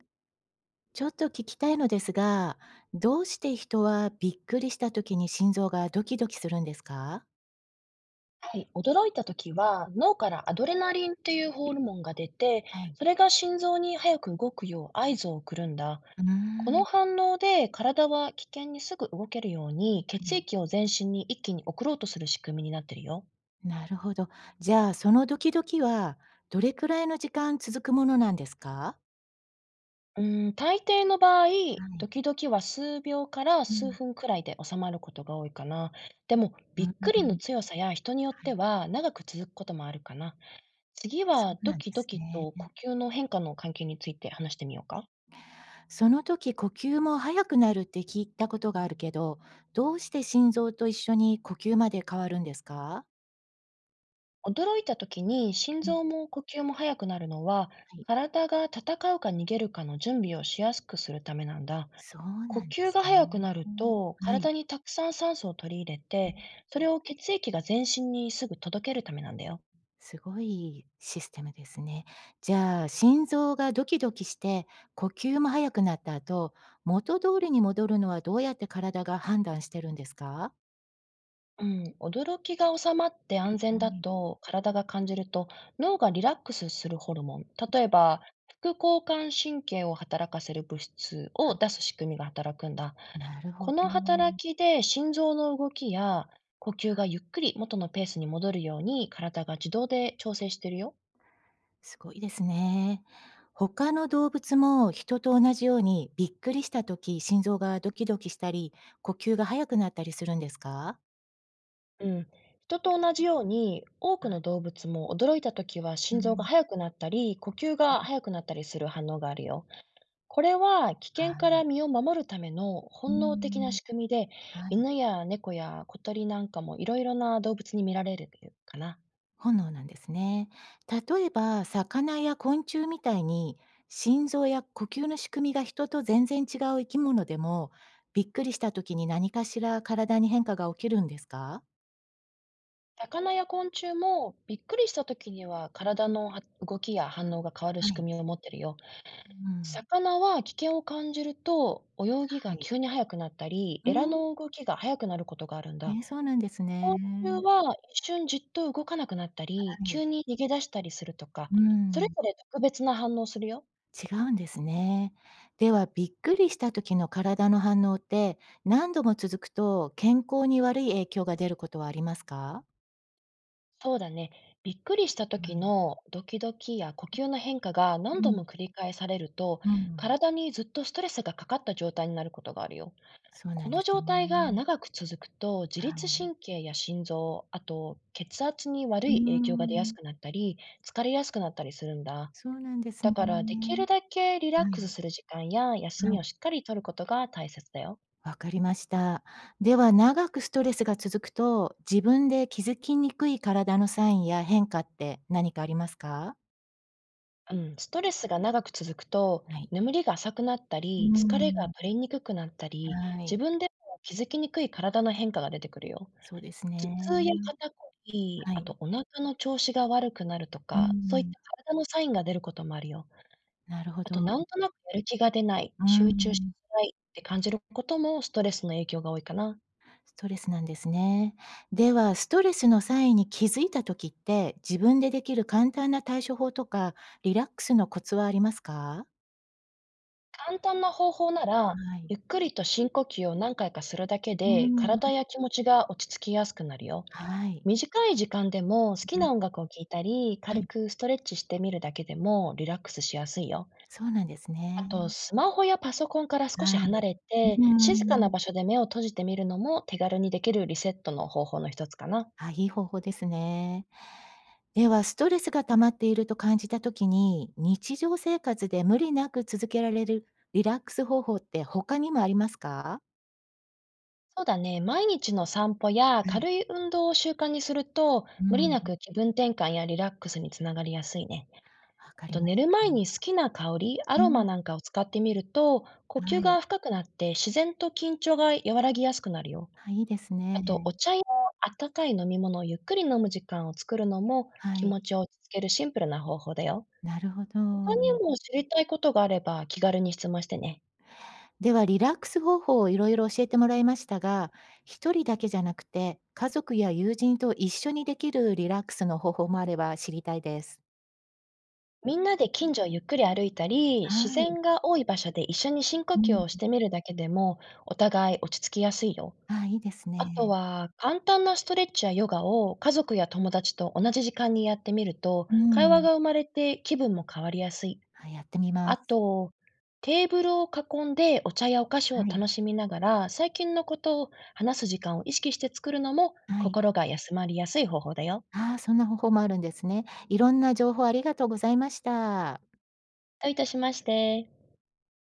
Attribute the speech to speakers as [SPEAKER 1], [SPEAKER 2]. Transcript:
[SPEAKER 1] ちょっと聞きたいのですが、どうして人はびっくりした時に心臓がドキドキするんですか。
[SPEAKER 2] はい、驚いたときは、脳からアドレナリンっていうホルモンが出て、
[SPEAKER 1] はい。
[SPEAKER 2] それが心臓に早く動くよう合図を送るんだ。
[SPEAKER 1] うー
[SPEAKER 2] こ
[SPEAKER 1] ん、
[SPEAKER 2] の
[SPEAKER 1] は
[SPEAKER 2] 反応で体は危険にすぐ動けるように血液
[SPEAKER 1] い。
[SPEAKER 2] を全身に一気に送ろうとする仕組みになってるよ。
[SPEAKER 1] なるほど。じゃあ、そのドキドキはどれくらいの時間続くものなんですか。
[SPEAKER 2] うん、大抵の場合、
[SPEAKER 1] は
[SPEAKER 2] ド
[SPEAKER 1] い。
[SPEAKER 2] キドキは数秒から
[SPEAKER 1] う
[SPEAKER 2] 数
[SPEAKER 1] ん。
[SPEAKER 2] 分くらいで収まることが多いかな。でも、
[SPEAKER 1] う
[SPEAKER 2] びっ
[SPEAKER 1] ん、
[SPEAKER 2] くりの強さや人によっ
[SPEAKER 1] は
[SPEAKER 2] て
[SPEAKER 1] い。
[SPEAKER 2] は長く続くこともあるかな。次
[SPEAKER 1] そ
[SPEAKER 2] は
[SPEAKER 1] う
[SPEAKER 2] ド
[SPEAKER 1] なんで
[SPEAKER 2] キド
[SPEAKER 1] す
[SPEAKER 2] キ
[SPEAKER 1] ね。
[SPEAKER 2] と呼吸の変化の関係について話してみようか。
[SPEAKER 1] その時呼吸も速くなるって聞いたことがあるけど、どうして心臓と一緒に呼吸まで変わるんですか。
[SPEAKER 2] 驚いた時に心
[SPEAKER 1] うん。
[SPEAKER 2] 臓も呼吸も速くなるのは、
[SPEAKER 1] はい。
[SPEAKER 2] 体が戦うか逃げるかの準備をしやすくするためなんだ。
[SPEAKER 1] そうな
[SPEAKER 2] 呼
[SPEAKER 1] んで
[SPEAKER 2] 吸
[SPEAKER 1] す
[SPEAKER 2] が
[SPEAKER 1] ね。
[SPEAKER 2] 速くなると、
[SPEAKER 1] はい。
[SPEAKER 2] 体にたくさん酸素を取り入れ
[SPEAKER 1] う
[SPEAKER 2] て、
[SPEAKER 1] ん、
[SPEAKER 2] それを血液が全身にすぐ届けるためなんだよ。
[SPEAKER 1] すごいシステムですね。じゃあ、心臓がドキドキして、呼吸も速くなった後、元通りに戻るのはどうやって体が判断してるんですか？
[SPEAKER 2] うん、驚きが収まって安全
[SPEAKER 1] は
[SPEAKER 2] だ
[SPEAKER 1] い。
[SPEAKER 2] と体が感じると、脳がリラックスするホルモン、例えば副交感神経を働かせる物質
[SPEAKER 1] は
[SPEAKER 2] を出
[SPEAKER 1] い、
[SPEAKER 2] す仕組みが働くんだ。
[SPEAKER 1] なる
[SPEAKER 2] こ
[SPEAKER 1] ほ
[SPEAKER 2] の
[SPEAKER 1] ど。
[SPEAKER 2] 働きで心臓の動きや呼吸がゆっくり元のペースに戻るように体が自動で調整してるよ。
[SPEAKER 1] すごいですね。他の動物も人と同じように、びっくりした時、心臓がドキドキしたり、呼吸が速くなったりするんですか？
[SPEAKER 2] うん。人と同じように、多くの動物も驚いた時は
[SPEAKER 1] う
[SPEAKER 2] 心臓が
[SPEAKER 1] ん。
[SPEAKER 2] 速くなったり呼吸が速くなったりする反応があるよ。これは危
[SPEAKER 1] は
[SPEAKER 2] 険から
[SPEAKER 1] い。
[SPEAKER 2] 身を守るための
[SPEAKER 1] う
[SPEAKER 2] 本能的な
[SPEAKER 1] ん。
[SPEAKER 2] 仕組みで、
[SPEAKER 1] はい。
[SPEAKER 2] 犬や猫や小鳥なんかもいろいろな動物に見られるかな。
[SPEAKER 1] 本能なんですね。例えば、魚や昆虫みたいに、心臓や呼吸の仕組みが人と全然違う生き物でも、びっくりした時に何かしら体に変化が起きるんですか。
[SPEAKER 2] 魚や昆虫もびっくりした時には、体の動きや反応が変わる
[SPEAKER 1] は
[SPEAKER 2] 仕
[SPEAKER 1] い。
[SPEAKER 2] 組みを持ってるよ。
[SPEAKER 1] うん。
[SPEAKER 2] 魚は危険を感じると、泳ぎ
[SPEAKER 1] は
[SPEAKER 2] が
[SPEAKER 1] い。
[SPEAKER 2] 急に速くなったり、
[SPEAKER 1] う
[SPEAKER 2] エラ
[SPEAKER 1] ん。
[SPEAKER 2] の動きが速くなることがあるんだ。
[SPEAKER 1] そうなんですね。
[SPEAKER 2] 昆虫は一瞬じっと動かなくなったり、
[SPEAKER 1] はい。
[SPEAKER 2] 急に逃げ出したりするとか、
[SPEAKER 1] う
[SPEAKER 2] それぞ
[SPEAKER 1] ん。
[SPEAKER 2] れ特別な反応をするよ。
[SPEAKER 1] 違うんですね。では、びっくりした時の体の反応って、何度も続くと健康に悪い影響が出ることはありますか。
[SPEAKER 2] そうだね。びっくりした
[SPEAKER 1] は
[SPEAKER 2] 時
[SPEAKER 1] い。
[SPEAKER 2] のドキドキや呼吸の変化が何
[SPEAKER 1] う
[SPEAKER 2] 度
[SPEAKER 1] ん。
[SPEAKER 2] も繰り返されると、
[SPEAKER 1] うん。
[SPEAKER 2] 体にずっとストレスがかかった状態になることがあるよ。
[SPEAKER 1] そうな
[SPEAKER 2] こ
[SPEAKER 1] んで
[SPEAKER 2] の
[SPEAKER 1] す
[SPEAKER 2] 状
[SPEAKER 1] ね。
[SPEAKER 2] 態が長く続くと、自
[SPEAKER 1] は
[SPEAKER 2] 律
[SPEAKER 1] い。
[SPEAKER 2] 神経や心臓、あと血圧に悪
[SPEAKER 1] うー
[SPEAKER 2] い影響が出やす
[SPEAKER 1] ん。
[SPEAKER 2] くなったり、疲れやすくなったりするんだ。
[SPEAKER 1] そうなんです
[SPEAKER 2] だ
[SPEAKER 1] ね。
[SPEAKER 2] から、できるだけリラッ
[SPEAKER 1] は
[SPEAKER 2] クス
[SPEAKER 1] い。
[SPEAKER 2] する時間や休
[SPEAKER 1] は
[SPEAKER 2] み
[SPEAKER 1] い。
[SPEAKER 2] をしっかりとることが大切だよ。
[SPEAKER 1] わかりました。では、長くストレスが続くと、自分で気づきにくい体のサインや変化って何かありますか？
[SPEAKER 2] うん、ストレスが長く続くと、
[SPEAKER 1] はい。
[SPEAKER 2] 眠りが浅くなった
[SPEAKER 1] うー
[SPEAKER 2] り、疲れが取
[SPEAKER 1] ん。
[SPEAKER 2] れにくくなったり、
[SPEAKER 1] は
[SPEAKER 2] 自
[SPEAKER 1] い。
[SPEAKER 2] 分でも気づきにくい体の変化が出てくるよ。
[SPEAKER 1] そうですね。
[SPEAKER 2] 頭痛や肩こり、
[SPEAKER 1] は
[SPEAKER 2] あ
[SPEAKER 1] い。
[SPEAKER 2] とお腹の調子が悪くなると
[SPEAKER 1] うん
[SPEAKER 2] か、そうい
[SPEAKER 1] う
[SPEAKER 2] っ
[SPEAKER 1] ん。
[SPEAKER 2] た体のサインが出ることもあるよ。
[SPEAKER 1] なるほ
[SPEAKER 2] あと、
[SPEAKER 1] ど。
[SPEAKER 2] なんとなくやる気が出ない、
[SPEAKER 1] うー
[SPEAKER 2] 集中し
[SPEAKER 1] ん。
[SPEAKER 2] づらいって感じることもストレスの影響が多いかな。
[SPEAKER 1] ストレスなんですね。では、ストレスの際に気づいた時って、自分でできる簡単な対処法とか、リラックスのコツはありますか？
[SPEAKER 2] 簡単な方法なら、
[SPEAKER 1] はい。
[SPEAKER 2] ゆっくりと深呼吸を何回かするだけ
[SPEAKER 1] う
[SPEAKER 2] で、
[SPEAKER 1] ん。
[SPEAKER 2] 体や気持ちが落ち着きやすくなるよ。
[SPEAKER 1] はい。
[SPEAKER 2] 短い時間でも好き
[SPEAKER 1] う
[SPEAKER 2] な
[SPEAKER 1] ん。
[SPEAKER 2] 音楽を聴いたり、
[SPEAKER 1] は
[SPEAKER 2] 軽
[SPEAKER 1] い、
[SPEAKER 2] くストレッチしてみるだけでもリラックスしやすいよ。
[SPEAKER 1] そうなんです
[SPEAKER 2] あ
[SPEAKER 1] ね。
[SPEAKER 2] と、スマホやパソコンから少し
[SPEAKER 1] は
[SPEAKER 2] 離
[SPEAKER 1] い。
[SPEAKER 2] れて、
[SPEAKER 1] う
[SPEAKER 2] 静かな
[SPEAKER 1] ん。
[SPEAKER 2] 場所で目を閉じてみるのも手軽にできるリセットの方法の一つかな。
[SPEAKER 1] あ、いい方法ですね。では、ストレスが溜まっていると感じた時に、日常生活で無理なく続けられるリラックス方法って他にもありますか？
[SPEAKER 2] そうだね。毎日の散歩や
[SPEAKER 1] はい。
[SPEAKER 2] 軽い運動を習慣にすると、
[SPEAKER 1] う
[SPEAKER 2] 無理
[SPEAKER 1] ん。
[SPEAKER 2] なく気分転換やリラックスにつながりやすいね。
[SPEAKER 1] わか
[SPEAKER 2] あ
[SPEAKER 1] り
[SPEAKER 2] と、
[SPEAKER 1] ま
[SPEAKER 2] 寝
[SPEAKER 1] し
[SPEAKER 2] る前に
[SPEAKER 1] た。
[SPEAKER 2] 好きな香り、ア
[SPEAKER 1] う
[SPEAKER 2] ロマ
[SPEAKER 1] ん。
[SPEAKER 2] なんかを使ってみると、呼吸
[SPEAKER 1] は
[SPEAKER 2] が
[SPEAKER 1] い。
[SPEAKER 2] 深くなって自然と緊張が和らぎやすくなるよ。
[SPEAKER 1] あ、いいです
[SPEAKER 2] あ
[SPEAKER 1] ね。
[SPEAKER 2] と、お茶や温かい飲み物をゆっくり飲む時間を作るのも、
[SPEAKER 1] は
[SPEAKER 2] 気
[SPEAKER 1] い。
[SPEAKER 2] 持ちを落ち着けるシンプルな方法だよ。
[SPEAKER 1] なるほ
[SPEAKER 2] 他
[SPEAKER 1] ど。
[SPEAKER 2] にも知りたいことがあれば気軽に質問してね。
[SPEAKER 1] ではリラックス方法をいろいろ教えてもらいましたが、一人だけじゃなくて、家族や友人と一緒にできるリラックスの方法もあれば知りたいです。
[SPEAKER 2] みんなで近所をゆっくり歩いたり、
[SPEAKER 1] は
[SPEAKER 2] 自
[SPEAKER 1] い。
[SPEAKER 2] 然が多い場所で一緒に深呼
[SPEAKER 1] う
[SPEAKER 2] 吸
[SPEAKER 1] ん。
[SPEAKER 2] をしてみるだけでも、お互い落ち着きやすいよ。
[SPEAKER 1] あ、いいです
[SPEAKER 2] あと
[SPEAKER 1] ね。
[SPEAKER 2] は、簡単なストレッチやヨガを家族や友達と同じ時間にやってみると、
[SPEAKER 1] う
[SPEAKER 2] 会話
[SPEAKER 1] ん。
[SPEAKER 2] が生まれて気分も変わりやすい。
[SPEAKER 1] あ、やってみま
[SPEAKER 2] あ
[SPEAKER 1] す。
[SPEAKER 2] と、テーブルを囲んでお茶やお菓子を
[SPEAKER 1] はい。
[SPEAKER 2] 楽しみながら、最近のことを話す時間を意識して作るのも、
[SPEAKER 1] はい。
[SPEAKER 2] 心が休まりやすい方法だよ。
[SPEAKER 1] ああ、そんな方法もあるんですね。いろんな情報ありがとうございました。
[SPEAKER 2] どういたしまして。